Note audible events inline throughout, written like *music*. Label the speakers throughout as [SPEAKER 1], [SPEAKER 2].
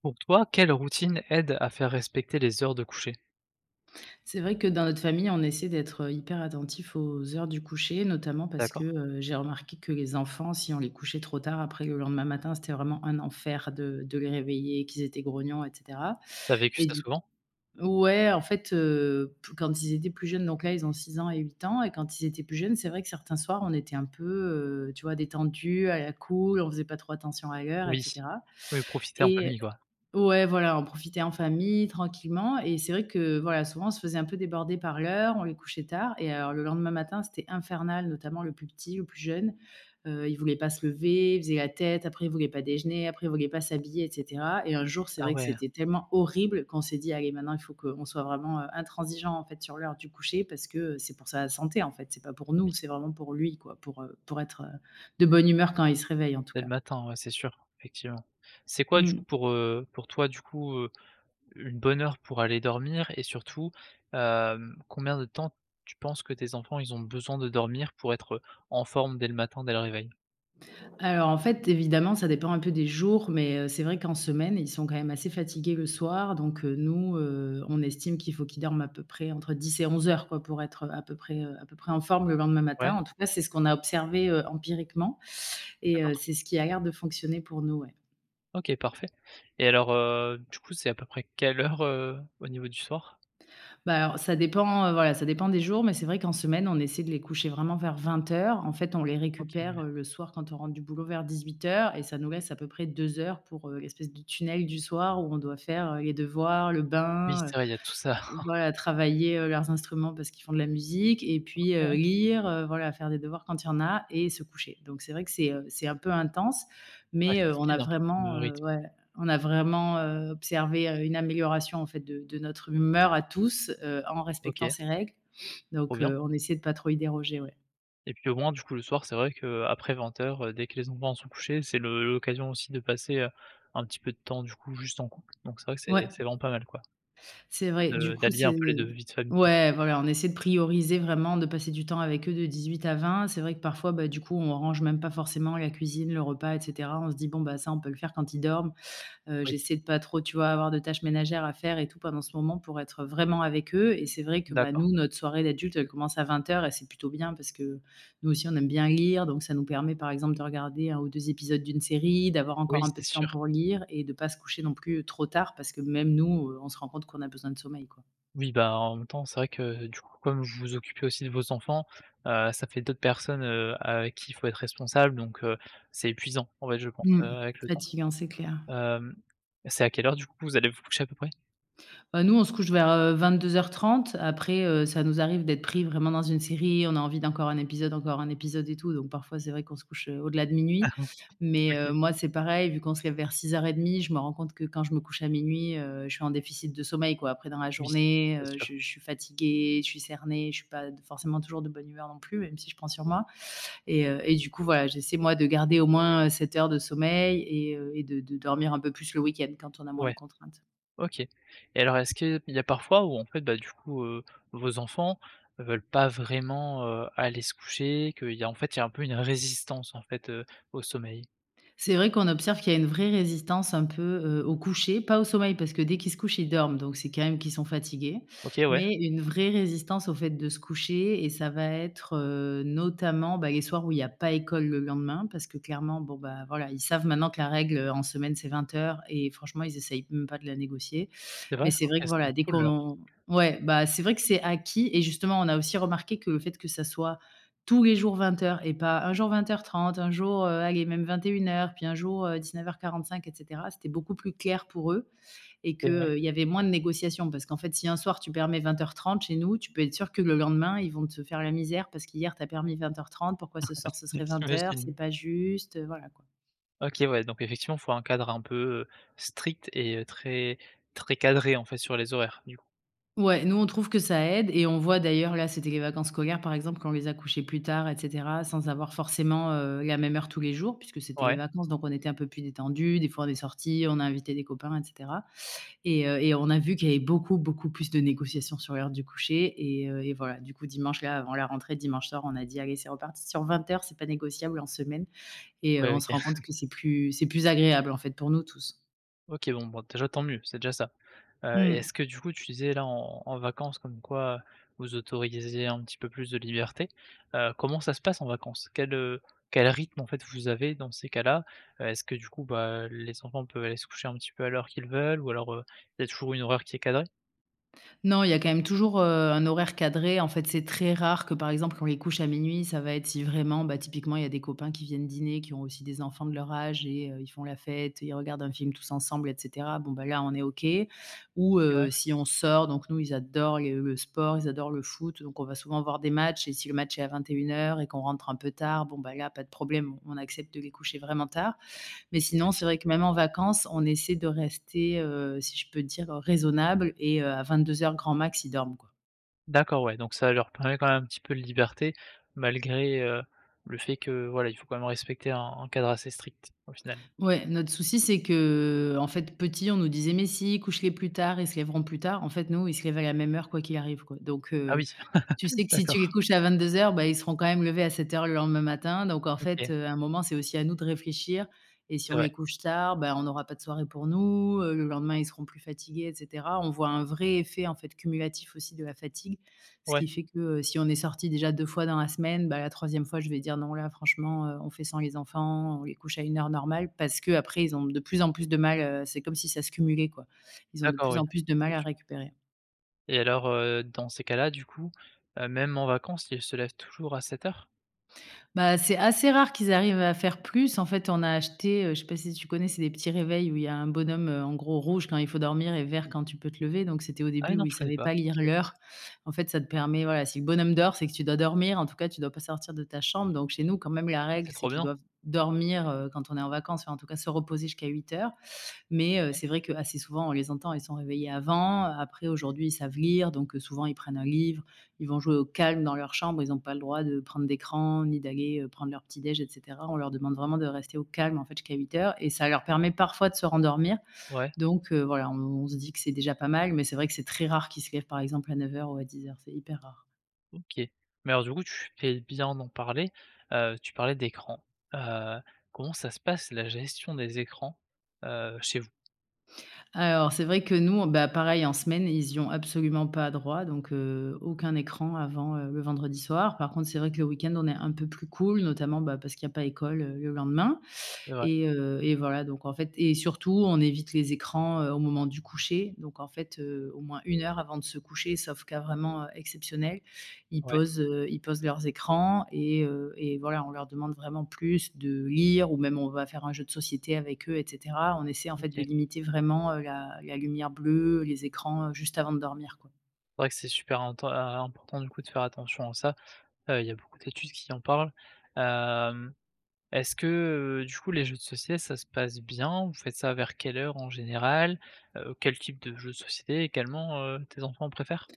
[SPEAKER 1] Pour toi, quelle routine aide à faire respecter les heures de coucher?
[SPEAKER 2] C'est vrai que dans notre famille, on essaie d'être, hyper attentifs aux heures du coucher, notamment parce que,
[SPEAKER 1] D'accord.
[SPEAKER 2] j'ai remarqué que les enfants, si on les couchait trop tard, après le lendemain matin, c'était vraiment un enfer de les réveiller, qu'ils étaient grognons et cetera.
[SPEAKER 1] T'as vécu
[SPEAKER 2] Et
[SPEAKER 1] ça
[SPEAKER 2] du
[SPEAKER 1] souvent?
[SPEAKER 2] Ouais, en fait, p quand ils étaient plus jeunes, donc là, ils ont 6 ans et 8 ans et quand ils étaient plus jeunes, c'est vrai que certains soirs, on était un peu, tu vois, détendus, à la cool, on faisait pas trop attention à l'heure et
[SPEAKER 1] Oui.
[SPEAKER 2] cetera.
[SPEAKER 1] Oui, profiter en
[SPEAKER 2] et
[SPEAKER 1] famille, quoi.
[SPEAKER 2] ouais, voilà, on profitait en famille, tranquillement et c'est vrai que, voilà, souvent, on se faisait un peu déborder par l'heure, on les couchait tard et alors le lendemain matin, c'était infernal, notamment le plus petit, le plus jeune. Il voulait pas se lever, il faisait la tête, après il voulait pas déjeuner, après il voulait pas s'habiller et cetera et un jour, c'est
[SPEAKER 1] Ah
[SPEAKER 2] vrai que
[SPEAKER 1] ouais,
[SPEAKER 2] c'était tellement horrible qu'on s'est dit: «Allez, maintenant, il faut qu'on soit vraiment, intransigeant, en fait, sur l'heure du coucher parce que, c'est pour sa santé, en fait, c'est pas pour
[SPEAKER 1] oui,
[SPEAKER 2] nous, c'est vraiment pour lui, quoi, pour être, de bonne humeur quand il se réveille, en tout
[SPEAKER 1] dès le
[SPEAKER 2] cas».
[SPEAKER 1] matin, ouais, c'est sûr, effectivement. C'est quoi, du coup,
[SPEAKER 2] Mmh.
[SPEAKER 1] pour toi, du coup, une bonne heure pour aller dormir et surtout, combien de temps tu penses que tes enfants, ils ont besoin de dormir pour être, en forme dès le matin, dès le réveil?
[SPEAKER 2] Alors, en fait, évidemment, ça dépend un peu des jours, mais c'est vrai qu'en semaine, ils sont quand même assez fatigués le soir. Donc, nous, on estime qu'il faut qu'ils dorment à peu près entre 10 et 11 heures, quoi, pour être, à peu près, en forme le lendemain
[SPEAKER 1] Ouais,
[SPEAKER 2] matin. En tout cas, c'est ce qu'on a observé, empiriquement et
[SPEAKER 1] d'accord.
[SPEAKER 2] c'est ce qui a l'air de fonctionner pour nous, ouais.
[SPEAKER 1] OK, parfait et alors, du coup, c'est à peu près quelle heure, au niveau du soir?
[SPEAKER 2] Bah, alors ça dépend, voilà, ça dépend des jours, mais c'est vrai qu'en semaine, on essaie de les coucher vraiment vers 20 h. En fait, on les
[SPEAKER 1] OK, ouais.
[SPEAKER 2] récupère, le soir quand on rentre du boulot vers 18 h et ça nous laisse à peu près 2 heures pour, l'espèce de tunnel du soir où on doit faire, les devoirs, le
[SPEAKER 1] Oui,
[SPEAKER 2] bain,
[SPEAKER 1] c'est vrai, il y a tout ça.
[SPEAKER 2] voilà, travailler, leurs instruments parce qu'ils font de la musique et puis,
[SPEAKER 1] *laughs*
[SPEAKER 2] lire, voilà, faire des devoirs quand il y en a et se coucher. Donc c'est vrai que c'est un peu intense,
[SPEAKER 1] Ouais,
[SPEAKER 2] mais,
[SPEAKER 1] c'est speed un peu comme, rythme.
[SPEAKER 2] ouais, on a vraiment, observé, une amélioration en fait de notre humeur à tous, en respectant
[SPEAKER 1] OK,
[SPEAKER 2] ces règles.
[SPEAKER 1] trop
[SPEAKER 2] Donc,
[SPEAKER 1] bien
[SPEAKER 2] on essaie de pas trop y déroger, ouais.
[SPEAKER 1] et puis au moins du coup le soir, c'est vrai que qu'après 20:00, dès que les enfants sont couchés, c'est le l'occasion aussi de passer, un petit peu de temps du coup juste en couple, donc c'est vrai que c'est
[SPEAKER 2] Ouais.
[SPEAKER 1] c'est vraiment pas mal quoi,
[SPEAKER 2] C'est vrai, du
[SPEAKER 1] de
[SPEAKER 2] coup,
[SPEAKER 1] d'allier un
[SPEAKER 2] c'est
[SPEAKER 1] peu les deux vies de famille.
[SPEAKER 2] ouais, voilà, on essaie de prioriser vraiment, de passer du temps avec eux de 18 à 20 h. C'est vrai que parfois, bah, du coup, on range même pas forcément la cuisine, le repas et cetera. On se dit: «Bon, bah, ça, on peut le faire quand ils dorment». Heu,
[SPEAKER 1] Oui,
[SPEAKER 2] j'essaie de pas trop, tu vois, avoir de tâches ménagères à faire et tout pendant ce moment pour être vraiment avec eux et c'est vrai que, bah,
[SPEAKER 1] d'accord.
[SPEAKER 2] nous, notre soirée d'adulte elle commence à 20 h et c'est plutôt bien parce que nous aussi, on aime bien lire donc ça nous permet, par exemple, de regarder un ou 2 épisodes d'une série, d'avoir
[SPEAKER 1] Oui,
[SPEAKER 2] encore un
[SPEAKER 1] c'est
[SPEAKER 2] peu de temps
[SPEAKER 1] sûr.
[SPEAKER 2] pour lire et de pas se coucher non plus trop tard parce que même nous, on se rend compte qu'on a besoin de sommeil, quoi.
[SPEAKER 1] Oui, bah, en même temps, c'est vrai que du coup, comme vous vous occupez aussi de vos enfants, ça fait d'autres personnes, avec qui il faut être responsable, donc c'est épuisant en fait, je pense,
[SPEAKER 2] Mmh.
[SPEAKER 1] avec le temps.
[SPEAKER 2] Fatigant, c'est clair.
[SPEAKER 1] Hem, c'est à quelle heure du coup vous allez vous coucher à peu près?
[SPEAKER 2] Nous, on se couche vers, 22:30. Après, ça nous arrive d'être pris vraiment dans une série. On a envie d'encore un épisode, encore un épisode et tout. Donc parfois, c'est vrai qu'on se couche, au-delà de minuit.
[SPEAKER 1] *laughs*
[SPEAKER 2] Mais,
[SPEAKER 1] OK.
[SPEAKER 2] moi, c'est pareil, vu qu'on se lève vers 6:30, je me rends compte que quand je me couche à minuit, je suis en déficit de sommeil, quoi. Après, dans la
[SPEAKER 1] Oui, c'est
[SPEAKER 2] journée,
[SPEAKER 1] sûr.
[SPEAKER 2] je suis fatiguée, je suis cernée, je suis pas forcément toujours de bonne humeur non plus, même si je prends sur moi. Et du coup, voilà, j'essaie, moi, de garder au moins, 7 heures de sommeil et de dormir un peu plus le week-end quand on a moins de
[SPEAKER 1] Ouais,
[SPEAKER 2] contraintes.
[SPEAKER 1] OK. Et alors est-ce qu'il y a parfois où en fait, bah, du coup, vos enfants veulent pas vraiment, aller se coucher, qu'il y a en fait, il y a un peu une résistance en fait, au sommeil?
[SPEAKER 2] C'est vrai qu'on observe qu'il y a une vraie résistance un peu, au coucher, pas au sommeil parce que dès qu'ils se couchent, ils dorment, donc c'est quand même qu'ils sont fatigués,
[SPEAKER 1] OK, ouais,
[SPEAKER 2] mais une vraie résistance au fait de se coucher et ça va être, notamment, bah, les soirs où il y a pas école le lendemain parce que clairement, bon, bah, voilà, ils savent maintenant que la règle, en semaine, c'est 20 h et franchement, ils essayent même pas de la négocier.
[SPEAKER 1] c'est vrai?
[SPEAKER 2] Mais c'est
[SPEAKER 1] OK,
[SPEAKER 2] vrai que
[SPEAKER 1] c'est
[SPEAKER 2] voilà, dès
[SPEAKER 1] cool
[SPEAKER 2] qu'on
[SPEAKER 1] alors.
[SPEAKER 2] en Ouais, bah, c'est vrai que c'est acquis et justement, on a aussi remarqué que le fait que ça soit tous les jours 20:00 et pas un jour 20:30, un jour, allez même 21:00, puis un jour, 19:45 et cetera. C'était beaucoup plus clair pour eux et que,
[SPEAKER 1] Et ouais,
[SPEAKER 2] il y avait moins de négociations parce qu'en fait, si un soir tu permets 20:30 chez nous, tu peux être sûr que le lendemain, ils vont te faire la misère parce qu'hier tu as permis 20:30, pourquoi ce soir ce
[SPEAKER 1] *laughs*
[SPEAKER 2] serait 20:00? C'est
[SPEAKER 1] j'imagine.
[SPEAKER 2] pas juste, voilà quoi.
[SPEAKER 1] OK, ouais, donc effectivement, il faut un cadre un peu, strict et très très cadré en fait sur les horaires, du coup?
[SPEAKER 2] Ouais, nous, on trouve que ça aide et on voit d'ailleurs, là, c'était les vacances scolaires, par exemple, quand on les a couchés plus tard, et cetera, sans avoir forcément, la même heure tous les jours puisque c'était les
[SPEAKER 1] Ouais,
[SPEAKER 2] vacances, donc on était un peu plus détendus. Des fois, on est sortis, on a invité des copains, et cetera et on a vu qu'il y avait beaucoup, beaucoup plus de négociations sur l'heure du coucher et voilà, du coup, dimanche, là, avant la rentrée, dimanche soir, on a dit: «Allez, c'est reparti sur 20:00, c'est pas négociable en semaine» et
[SPEAKER 1] ouais,
[SPEAKER 2] on se
[SPEAKER 1] OK.
[SPEAKER 2] rend compte
[SPEAKER 1] *laughs*
[SPEAKER 2] que c'est plus agréable, en fait, pour nous tous.
[SPEAKER 1] OK, bon, bon déjà tant mieux, c'est déjà ça. Et
[SPEAKER 2] Mmh.
[SPEAKER 1] est-ce que du coup tu disais là en vacances comme quoi, vous autorisez un petit peu plus de liberté. Comment ça se passe en vacances? Quel rythme en fait vous avez dans ces cas-là? Est-ce que du coup, bah, les enfants peuvent aller se coucher un petit peu à l'heure qu'ils veulent ou alors, il y a toujours une horaire qui est cadrée?
[SPEAKER 2] Non, il y a quand même toujours, un horaire cadré. En fait, c'est très rare que, par exemple, quand les couche à minuit, ça va être si vraiment, bah, typiquement, il y a des copains qui viennent dîner, qui ont aussi des enfants de leur âge et ils font la fête, ils regardent un film tous ensemble et cetera. Bon, bah, là, on est OK. Ou
[SPEAKER 1] Ouais,
[SPEAKER 2] si on sort, donc nous, ils adorent les le sport, ils adorent le foot, donc on va souvent voir des matchs et si le match est à 21 h et qu'on rentre un peu tard, bon, bah, là, pas de problème, on accepte de les coucher vraiment tard. Mais sinon,
[SPEAKER 1] oui.
[SPEAKER 2] c'est vrai que même en vacances, on essaie de rester, si je peux dire, raisonnable et à 22 h grand max, ils dorment, quoi.
[SPEAKER 1] D'accord, ouais, donc ça leur permet quand même un petit peu de liberté malgré, le fait que voilà, il faut quand même respecter un cadre assez strict au final.
[SPEAKER 2] Ouais, notre souci, c'est qu'en fait, petit, on nous disait: «Mais si, couche-les plus tard, ils se lèveront plus tard». En fait, nous, ils se lèvent à la même heure quoi qu'il arrive, quoi.
[SPEAKER 1] Ah oui,
[SPEAKER 2] Tu
[SPEAKER 1] *laughs*
[SPEAKER 2] sais que si tu les
[SPEAKER 1] d'accord,
[SPEAKER 2] couches à 22:00, bah, ils seront quand même levés à 7:00 le lendemain matin. Donc en
[SPEAKER 1] OK,
[SPEAKER 2] fait, à un moment, c'est aussi à nous de réfléchir et si
[SPEAKER 1] c'est
[SPEAKER 2] on
[SPEAKER 1] vrai.
[SPEAKER 2] les couche tard, bah, on n'aura pas de soirée pour nous, le lendemain, ils seront plus fatigués et cetera. On voit un vrai effet, en fait, cumulatif aussi de la fatigue, ce
[SPEAKER 1] Ouais,
[SPEAKER 2] qui fait que, si on est sortis déjà 2 fois dans la semaine, bah, la troisième fois, je vais dire: «Non, là, franchement, on fait sans les enfants, on les couche à une heure normale» parce qu'après, ils ont de plus en plus de mal, c'est comme si ça se cumulait, quoi. Ils ont de
[SPEAKER 1] d'accord,
[SPEAKER 2] plus
[SPEAKER 1] oui.
[SPEAKER 2] en plus de mal à récupérer.
[SPEAKER 1] Et alors, dans ces cas-là, du coup, même en vacances, ils se lèvent toujours à 7 heures?
[SPEAKER 2] Bah, c'est assez rare qu'ils arrivent à faire plus. En fait, on a acheté, je sais pas si tu connais, c'est des petits réveils où il y a un bonhomme, en gros rouge quand il faut dormir et vert quand tu peux te lever. Donc c'était au
[SPEAKER 1] Ah
[SPEAKER 2] début
[SPEAKER 1] non,
[SPEAKER 2] où ils
[SPEAKER 1] je connais
[SPEAKER 2] savaient
[SPEAKER 1] pas.
[SPEAKER 2] pas lire
[SPEAKER 1] OK.
[SPEAKER 2] l'heure. En fait, ça te permet voilà, si le bonhomme dort, c'est que tu dois dormir. En tout cas, tu dois pas sortir de ta chambre. Donc chez nous, quand même, la
[SPEAKER 1] Ah, c'est
[SPEAKER 2] règle, c'est
[SPEAKER 1] trop
[SPEAKER 2] qu'ils
[SPEAKER 1] bien.
[SPEAKER 2] doivent dormir, quand on est en vacances, enfin en tout cas se reposer jusqu'à 8 h. Mais
[SPEAKER 1] OK.
[SPEAKER 2] c'est vrai qu'assez souvent, on les entend, ils sont réveillés avant. Après, aujourd'hui, ils savent lire, donc souvent, ils prennent un livre, ils vont jouer au calme dans leur chambre. Ils n'ont pas le droit de prendre d'écran, ni d'aller, prendre leur petit déj et cetera. On leur demande vraiment de rester au calme, en fait, jusqu'à 8 heures, et ça leur permet parfois de se rendormir.
[SPEAKER 1] Ouais,
[SPEAKER 2] Donc voilà, on se dit que c'est déjà pas mal, mais c'est vrai que c'est très rare qu'ils se lèvent, par exemple, à 9 heures ou à 10 heures. C'est hyper rare.
[SPEAKER 1] OK. Mais alors du coup, tu fais bien d'en parler. Tu parlais d'écran. Heu, comment ça se passe la gestion des écrans, chez vous?
[SPEAKER 2] Alors, c'est vrai que nous, bah, pareil, en semaine, ils y ont absolument pas droit, donc aucun écran avant, le vendredi soir. Par contre, c'est vrai que le week-end, on est un peu plus cool, notamment, bah, parce qu'il y a pas école, le lendemain
[SPEAKER 1] C'est vrai?
[SPEAKER 2] et voilà, donc en fait et surtout, on évite les écrans, au moment du coucher. Donc en fait, au moins une heure avant de se coucher, sauf cas vraiment, exceptionnel, ils
[SPEAKER 1] Ouais,
[SPEAKER 2] posent, heu, ils posent leurs écrans et voilà, on leur demande vraiment plus de lire ou même on va faire un jeu de société avec eux et cetera. On essaie en fait de
[SPEAKER 1] OK. C'est
[SPEAKER 2] limiter vraiment, la lumière bleue, les écrans, juste avant de dormir, quoi.
[SPEAKER 1] vrai que c'est super inten important du coup de faire attention à ça. Il y a beaucoup d'études qui en parlent. Hem Est-ce que, du coup, les jeux de société, ça se passe bien? Vous faites ça vers quelle heure en général? Quel type de jeux de société également, tes enfants préfèrent?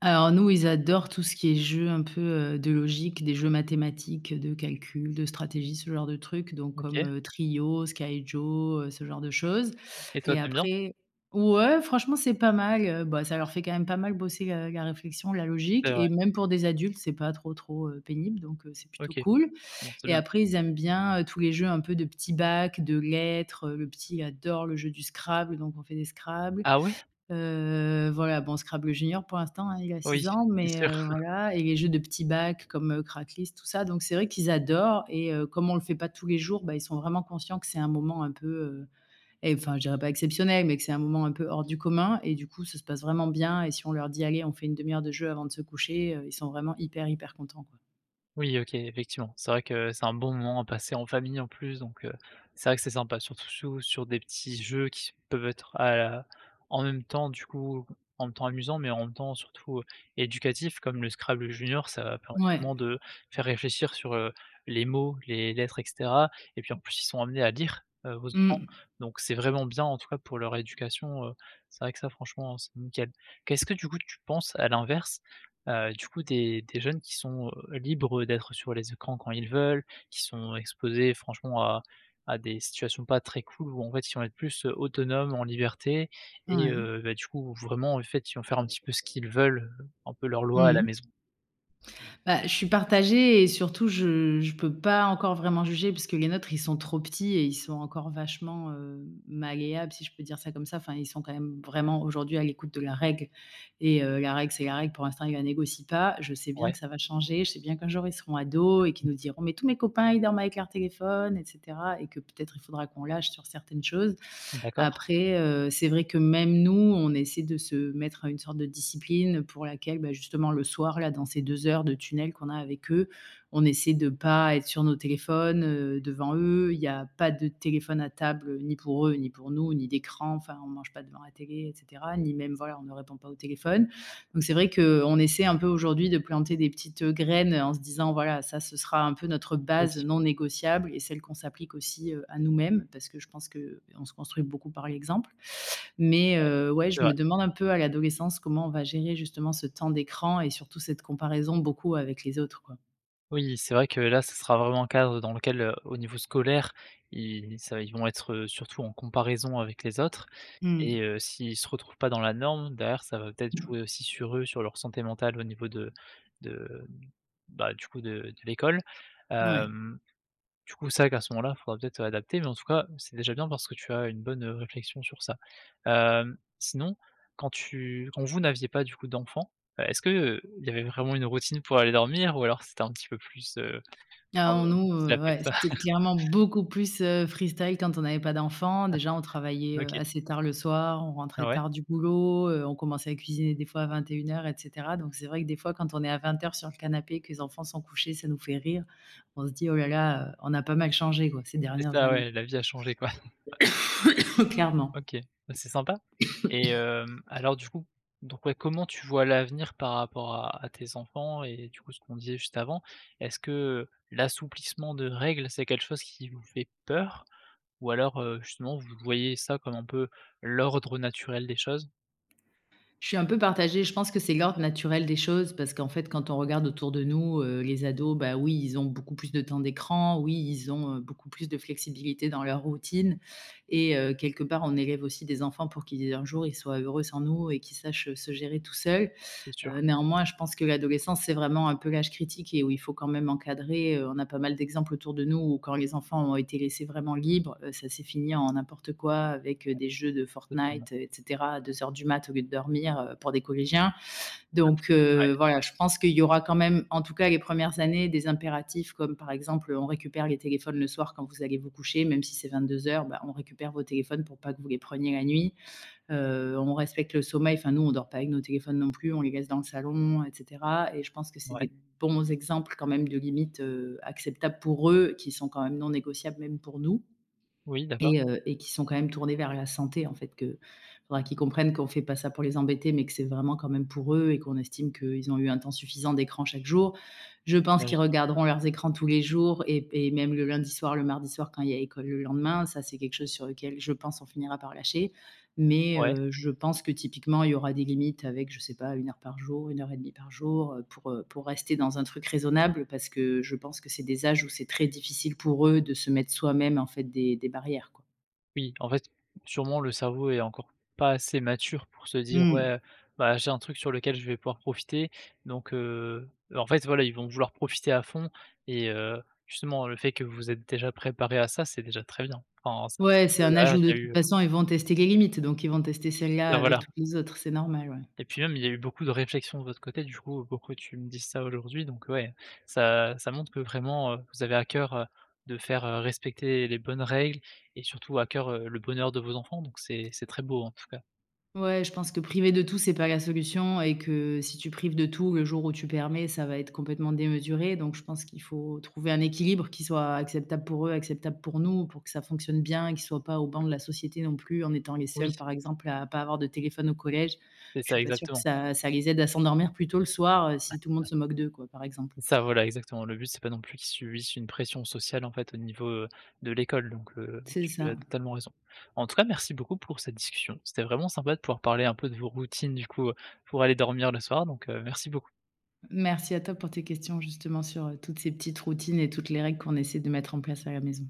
[SPEAKER 2] Alors nous, ils adorent tout ce qui est jeu un peu, de logique, des jeux mathématiques, de calcul, de stratégie, ce genre de trucs, donc comme,
[SPEAKER 1] OK
[SPEAKER 2] Trio, Skyjo, ce genre de choses
[SPEAKER 1] et toi,
[SPEAKER 2] et
[SPEAKER 1] t'aimes bien?
[SPEAKER 2] après ouais, franchement, c'est pas mal, bah, ça leur fait quand même pas mal bosser la réflexion, la logique
[SPEAKER 1] C'est vrai,
[SPEAKER 2] et même pour des adultes, c'est pas trop, trop, pénible donc c'est plutôt
[SPEAKER 1] OK,
[SPEAKER 2] cool
[SPEAKER 1] bon, c'est
[SPEAKER 2] et
[SPEAKER 1] bien.
[SPEAKER 2] après ils aiment bien, tous les jeux un peu de petits bacs, de lettres, le petit adore le jeu du Scrabble donc on fait des Scrabble.
[SPEAKER 1] Ah ouais?
[SPEAKER 2] Voilà, bon Scrabble junior pour l'instant, hein, il a
[SPEAKER 1] Oui,
[SPEAKER 2] 6 ans,
[SPEAKER 1] c'est
[SPEAKER 2] mais
[SPEAKER 1] sûr.
[SPEAKER 2] voilà et les jeux de petits bacs
[SPEAKER 1] *laughs*
[SPEAKER 2] comme, Cracklis, tout ça, donc c'est vrai qu'ils adorent et comme on le fait pas tous les jours, bah, ils sont vraiment conscients que c'est un moment un peu, et enfin je dirais pas exceptionnel, mais que c'est un moment un peu hors du commun et du coup ça se passe vraiment bien et si on leur dit: «Allez, on fait une demi heure de jeu avant de se coucher», ils sont vraiment hyper, hyper contents, quoi.
[SPEAKER 1] Oui, OK, effectivement. C'est vrai que c'est un bon moment à passer en famille en plus, donc c'est vrai que c'est sympa, surtout sur des petits jeux qui peuvent être à la en même temps du coup, en même temps amusant, mais en même temps surtout, éducatifs comme le Scrabble junior. Ça permet
[SPEAKER 2] Ouais.
[SPEAKER 1] vraiment de faire réfléchir sur, les mots, les lettres et cetera et puis en plus, ils sont amenés à lire, aux enfants,
[SPEAKER 2] Mmh.
[SPEAKER 1] donc c'est vraiment bien en tout cas pour leur éducation, c'est vrai que ça franchement, c'est nickel. Qu'est-ce que du coup tu penses à l'inverse? Du coup des jeunes qui sont, libres d'être sur les écrans quand ils veulent, qui sont exposés franchement à des situations pas très cool où en fait ils vont être plus, autonomes, en liberté et
[SPEAKER 2] Ouais.
[SPEAKER 1] bah, du coup vraiment en fait ils vont faire un petit peu ce qu'ils veulent, un peu leur loi
[SPEAKER 2] Mmh
[SPEAKER 1] à la maison.
[SPEAKER 2] mh. Bah, je suis partagée et surtout je peux pas encore vraiment juger parce que les nôtres, ils sont trop petits et ils sont encore vachement, malléables si je peux dire ça comme ça. Enfin, ils sont quand même vraiment aujourd'hui à l'écoute de la règle et la règle, c'est la règle. Pour l'instant, ils la négocient pas. Je sais bien
[SPEAKER 1] Ouais,
[SPEAKER 2] que ça va changer. Je sais bien qu'un jour, ils seront ados et qu'ils nous diront: «Mais tous mes copains, ils dorment avec leur téléphone» et cetera et que peut-être il faudra qu'on lâche sur certaines choses.
[SPEAKER 1] d'accord.
[SPEAKER 2] Après, c'est vrai que même nous, on essaie de se mettre à une sorte de discipline pour laquelle, bah, justement, le soir, là, dans ces 2 heures de tunnel qu'on a avec eux, on essaie de pas être sur nos téléphones, devant eux. Il y a pas de téléphone à table, ni pour eux, ni pour nous, ni d'écran. Enfin, on mange pas devant la télé et cetera, ni même, voilà, on ne répond pas au téléphone. Donc c'est vrai qu'on essaie un peu aujourd'hui de planter des petites, graines, en se disant: «Voilà, ça, ce sera un peu notre
[SPEAKER 1] Oui,
[SPEAKER 2] base non négociable et celle qu'on s'applique aussi, à nous-mêmes», parce que je pense qu'on se construit beaucoup par l'exemple. Mais ouais,
[SPEAKER 1] c'est
[SPEAKER 2] je
[SPEAKER 1] vrai.
[SPEAKER 2] me demande un peu à l'adolescence comment on va gérer justement ce temps d'écran et surtout cette comparaison beaucoup avec les autres, quoi.
[SPEAKER 1] Oui, c'est vrai que là, ce sera vraiment un cadre dans lequel, au niveau scolaire, ils vont être, surtout en comparaison avec les autres.
[SPEAKER 2] Mmh.
[SPEAKER 1] Et s'ils se retrouvent pas dans la norme, derrière, ça va peut-être jouer aussi sur eux, sur leur santé mentale au niveau de, bah, du coup, de l'école.
[SPEAKER 2] Ouais.
[SPEAKER 1] Hem, du coup, ça, vrai qu'à ce moment-là, il faudra peut-être adapter, mais en tout cas, c'est déjà bien parce que tu as une bonne, réflexion sur ça. Sinon, quand vous n'aviez pas, du coup, d'enfants, est-ce que, il y avait vraiment une routine pour aller dormir ou alors c'était un petit peu plus, heu, un
[SPEAKER 2] Alors
[SPEAKER 1] peu
[SPEAKER 2] nous,
[SPEAKER 1] plus la
[SPEAKER 2] ouais,
[SPEAKER 1] fête?
[SPEAKER 2] c'était
[SPEAKER 1] *laughs*
[SPEAKER 2] clairement beaucoup plus, freestyle quand on n'avait pas d'enfants. Déjà, on travaillait,
[SPEAKER 1] OK,
[SPEAKER 2] assez tard le soir, on
[SPEAKER 1] ah
[SPEAKER 2] rentrait
[SPEAKER 1] ouais,
[SPEAKER 2] tard du boulot, on commençait à cuisiner des fois à 21 heures, et cetera. Donc c'est vrai que des fois, quand on est à 20 heures sur le canapé, que les enfants sont couchés, ça nous fait rire. On se dit: «Oh là là, on a pas mal changé, quoi, ces
[SPEAKER 1] c'est
[SPEAKER 2] dernières
[SPEAKER 1] ça,
[SPEAKER 2] années»,
[SPEAKER 1] ouais, la vie a changé, quoi.
[SPEAKER 2] *laughs* clairement.
[SPEAKER 1] OK, bah, c'est sympa et alors du coup, donc ouais, comment tu vois l'avenir par rapport à tes enfants et du coup, ce qu'on disait juste avant? Est-ce que l'assouplissement de règles, c'est quelque chose qui vous fait peur? Ou alors, justement, vous voyez ça comme un peu l'ordre naturel des choses?
[SPEAKER 2] Je suis un peu partagée. Je pense que c'est l'ordre naturel des choses parce qu'en fait, quand on regarde autour de nous, les ados, bah, oui, ils ont beaucoup plus de temps d'écran. Oui, ils ont, beaucoup plus de flexibilité dans leur routine et quelque part, on élève aussi des enfants pour qu'ils un jour, ils soient heureux sans nous et qu'ils sachent, se gérer tout seuls.
[SPEAKER 1] C'est sûr,
[SPEAKER 2] Néanmoins, je pense que l'adolescence, c'est vraiment un peu l'âge critique et où il faut quand même encadrer, on a pas mal d'exemples autour de nous où quand les enfants ont été laissés vraiment libres, ça s'est fini en n'importe quoi avec, des jeux de
[SPEAKER 1] totalement.
[SPEAKER 2] Fortnite, et cetera, à 2h du mat au lieu de dormir, pour des collégiens. Donc voilà, je pense qu'il y aura quand même, en tout cas les premières années, des impératifs comme par exemple, on récupère les téléphones le soir quand vous allez vous coucher, même si c'est 22h, bah, on récupère vos téléphones pour pas que vous les preniez la nuit. On respecte le sommeil, enfin nous on dort pas avec nos téléphones non plus, on les laisse dans le salon et cetera et je pense que c'est
[SPEAKER 1] Ouais, ouais.
[SPEAKER 2] des bons exemples quand même de limites, acceptables pour eux, qui sont quand même non négociables même pour nous
[SPEAKER 1] Oui, d'accord.
[SPEAKER 2] et qui sont quand même tournés vers la santé en fait, que faudra qu'ils comprennent qu'on fait pas ça pour les embêter, mais que c'est vraiment quand même pour eux et qu'on estime qu'ils ont eu un temps suffisant d'écran chaque jour. Je pense qu'ils
[SPEAKER 1] J'imagine.
[SPEAKER 2] regarderont leurs écrans tous les jours et même le lundi soir, le mardi soir quand il y a école le lendemain, ça c'est quelque chose sur lequel je pense on finira par lâcher mais
[SPEAKER 1] Ouais.
[SPEAKER 2] je pense que typiquement, il y aura des limites avec, je sais pas, une heure par jour, une heure et demie par jour, pour rester dans un truc raisonnable parce que je pense que c'est des âges où c'est très difficile pour eux de se mettre soi-même, en fait, des barrières, quoi.
[SPEAKER 1] Oui, en fait, sûrement le cerveau est encore pas assez mature pour se dire:
[SPEAKER 2] Mmh.
[SPEAKER 1] «Ouais, bah, j'ai un truc sur lequel je vais pouvoir profiter», donc en fait, voilà, ils vont vouloir profiter à fond et justement, le fait que vous êtes déjà préparé à ça, c'est déjà très bien. Enfin, ça
[SPEAKER 2] Ouais, c'est
[SPEAKER 1] prouve
[SPEAKER 2] un âge
[SPEAKER 1] derrière,
[SPEAKER 2] où
[SPEAKER 1] il y
[SPEAKER 2] de
[SPEAKER 1] a
[SPEAKER 2] toute
[SPEAKER 1] eu
[SPEAKER 2] façon, ils vont tester les limites, donc ils vont tester celles-là
[SPEAKER 1] bah,
[SPEAKER 2] avec
[SPEAKER 1] voilà
[SPEAKER 2] toutes les autres, c'est normal, ouais.
[SPEAKER 1] et puis même, il y a eu beaucoup de réflexions de votre côté, du coup, pour que tu me dises ça aujourd'hui, donc ouais, ça ça montre que vraiment, vous avez à cœur, de faire, respecter les bonnes règles et surtout à cœur, le bonheur de vos enfants, donc c'est très beau, en tout cas.
[SPEAKER 2] Ouais, je pense que priver de tout, c'est pas la solution et que si tu prives de tout, le jour où tu permets, ça va être complètement démesuré. Donc, je pense qu'il faut trouver un équilibre qui soit acceptable pour eux, acceptable pour nous, pour que ça fonctionne bien, qu'ils soient pas au banc de la société non plus, en étant les
[SPEAKER 1] Oui.
[SPEAKER 2] seuls, par exemple, à pas avoir de téléphone au collège.
[SPEAKER 1] C'est
[SPEAKER 2] Je
[SPEAKER 1] ça,
[SPEAKER 2] suis pas sûre que
[SPEAKER 1] exactement.
[SPEAKER 2] ça les aide à s'endormir plus tôt le soir, si tout le monde se moque d'eux, quoi, par exemple.
[SPEAKER 1] Ça, voilà, exactement. Le but, c'est pas non plus qu'ils subissent une pression sociale, en fait, au niveau, de l'école, donc
[SPEAKER 2] C'est
[SPEAKER 1] tu as
[SPEAKER 2] ça.
[SPEAKER 1] totalement raison. En tout cas, merci beaucoup pour cette discussion. C'était vraiment sympa de pouvoir parler un peu de vos routines, du coup, pour aller dormir le soir, donc merci beaucoup.
[SPEAKER 2] Merci à toi pour tes questions, justement, sur, toutes ces petites routines et toutes les règles qu'on essaie de mettre en place à la maison.